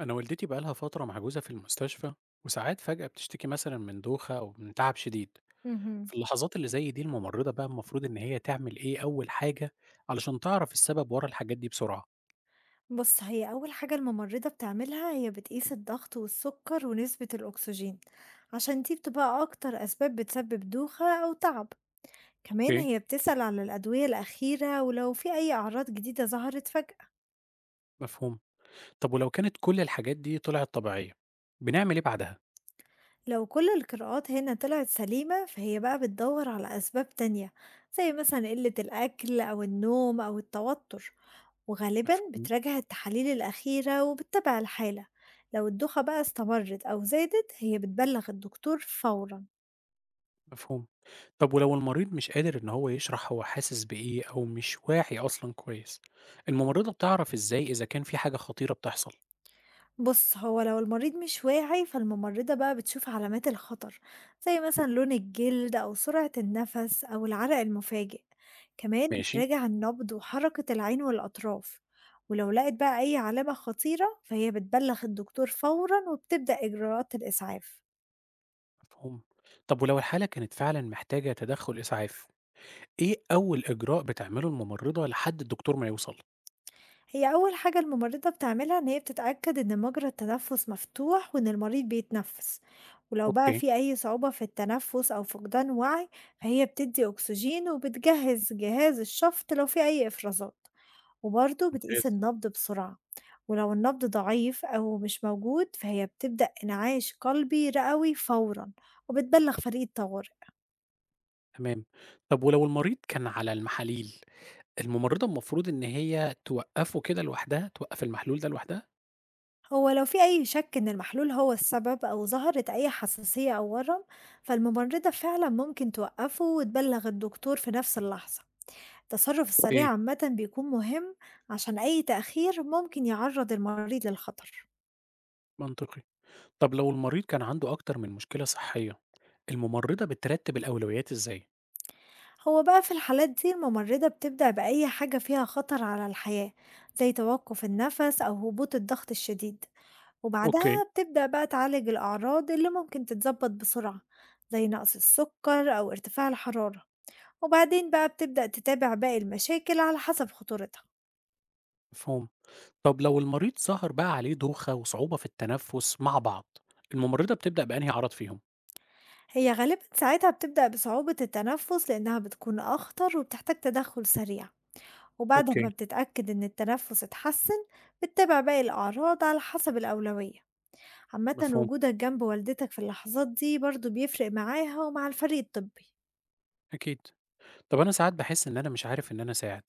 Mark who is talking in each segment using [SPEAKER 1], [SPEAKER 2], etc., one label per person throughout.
[SPEAKER 1] أنا والدتي بقالها فترة محجوزة في المستشفى، وساعات فجأة بتشتكي مثلا من دوخة أو من تعب شديد.
[SPEAKER 2] اهم.
[SPEAKER 1] في اللحظات اللي زي دي الممرضة بقى المفروض إن هي تعمل إيه أول حاجة علشان تعرف السبب ورا الحاجات دي بسرعة؟
[SPEAKER 2] بُص، هي أول حاجة الممرضة بتعملها هي بتقيس الضغط والسكر ونسبة الأكسجين، عشان دي بتبقى أكتر أسباب بتسبب دوخة أو تعب، كمان
[SPEAKER 1] أوكي،
[SPEAKER 2] هي بتسأل على الأدوية الأخيرة ولو في أي أعراض جديدة ظهرت فجأة.
[SPEAKER 1] مفهوم. طب ولو كانت كل الحاجات دي طلعت طبيعية بنعمل إيه بعدها؟
[SPEAKER 2] لو كل القراءات هنا طلعت سليمة فهي بقى بتدور على أسباب تانية زي مثلا قلة الأكل أو النوم أو التوتر، وغالبا
[SPEAKER 1] مفهوم.
[SPEAKER 2] بتراجع التحاليل الأخيرة وبتتابع الحالة. لو الدوخة بقى استمرت أو زادت هي بتبلغ الدكتور فورا.
[SPEAKER 1] مفهوم. طب ولو المريض مش قادر إن هو يشرح هو حاسس بإيه أو مش واعي أصلا كويس، الممرضة بتعرف إزاي إذا كان في حاجة خطيرة بتحصل؟
[SPEAKER 2] بُص، هو لو المريض مش واعي فالممرضة بقى بتشوف علامات الخطر، زي مثلًا لون الجلد أو سرعة النفس أو العرق المفاجئ، كمان
[SPEAKER 1] ماشي.
[SPEAKER 2] بتراجع النبض وحركة العين والأطراف، ولو لقت بقى أي علامة خطيرة فهي بتبلغ الدكتور فورًا وبتبدأ إجراءات الإسعاف.
[SPEAKER 1] مفهوم. طب ولو الحالة كانت فعلًا محتاجة تدخُّل إسعاف، إيه أول إجراء بتعمله الممرضة لحد الدكتور ما يوصل؟
[SPEAKER 2] هي أول حاجة الممرضة بتعملها إن هي بتتأكد إن مجرى التنفس مفتوح وإن المريض بيتنفس، ولو بقى
[SPEAKER 1] أوكي،
[SPEAKER 2] في أي صعوبة في التنفس أو فقدان وعي فهي بتدي أكسجين وبتجهز جهاز الشفط لو في أي إفرازات، وبرضه بتقيس
[SPEAKER 1] ممتاز.
[SPEAKER 2] النبض بسرعة. ولو النبض ضعيف أو مش موجود فهي بتبدأ إنعاش قلبي رئوي فورا وبتبلغ فريق الطوارئ.
[SPEAKER 1] تمام. طب ولو المريض كان على المحاليل، الممرضة المفروض إن هي توقّفه كده لوحدها، توقّف المحلول ده لوحدها؟
[SPEAKER 2] هو لو في أي شك إن المحلول هو السبب أو ظهرت أي حساسية أو ورم فالممرضة فعلا ممكن توقفه وتبلغ الدكتور في نفس اللحظة. التصرف
[SPEAKER 1] أوكي.
[SPEAKER 2] السريع عامة بيكون مهم عشان أي تأخير ممكن يعرض المريض للخطر.
[SPEAKER 1] منطقي. طب لو المريض كان عنده أكتر من مشكلة صحية، الممرضة بترتّب الأولويات إزاي؟
[SPEAKER 2] هو بقى في الحالات دي الممرضة بتبدأ بأي حاجة فيها خطر على الحياة، زي توقف النفس أو هبوط الضغط الشديد،
[SPEAKER 1] أوكي.
[SPEAKER 2] وبعدها بتبدأ بقى تعالج الأعراض اللي ممكن تتظبط بسرعة، زي نقص السكر أو ارتفاع الحرارة، وبعدين بقى بتبدأ تتابع باقي المشاكل على حسب خطورتها.
[SPEAKER 1] مفهوم. طب لو المريض ظهر بقى عليه دوخة وصعوبة في التنفُّس مع بعض، الممرضة بتبدأ بأنهي عرض فيهم؟
[SPEAKER 2] هي غالبا ساعتها بتبدأ بصعوبة التنفس لأنها بتكون أخطر وبتحتاج تدخل سريع، وبعد
[SPEAKER 1] أوكي.
[SPEAKER 2] ما بتتأكد إن التنفس اتحسن بتتابع باقي الأعراض على حسب الأولوية. عامة
[SPEAKER 1] مفهوم،
[SPEAKER 2] وجودك جنب والدتك في اللحظات دي برضو بيفرق معاها ومع الفريق الطبي.
[SPEAKER 1] أكيد. طب أنا ساعات باحس إن أنا مش عارف إن أنا أساعد،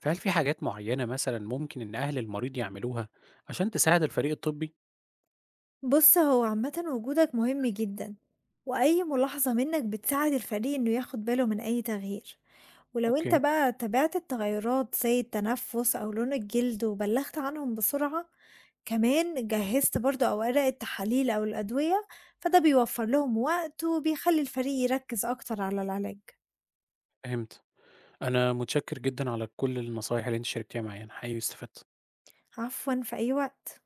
[SPEAKER 1] فهل في حاجات معيّنة مثلًا ممكن إن أهل المريض يعملوها عشان تساعد الفريق الطبي؟
[SPEAKER 2] بص، هو عامة وجودك مهم جدا، وأي ملاحظة منك بتساعد الفريق إنه ياخد باله من أي تغيير، ولو أنت
[SPEAKER 1] أوكي،
[SPEAKER 2] بقى تابعت التغيرات زي التنفس أو لون الجلد وبلغت عنهم بسرعة، كمان جهزت برضو أوراق التحاليل أو الأدوية، فده بيوفر لهم وقت وبيخلي الفريق يركز أكتر على العلاج.
[SPEAKER 1] فهمت. أنا متشكر جدًا على كل النصايح اللي أنتِ شاركتيها معايا، أنا حقيقي استفدت.
[SPEAKER 2] عفوا، في أي وقت.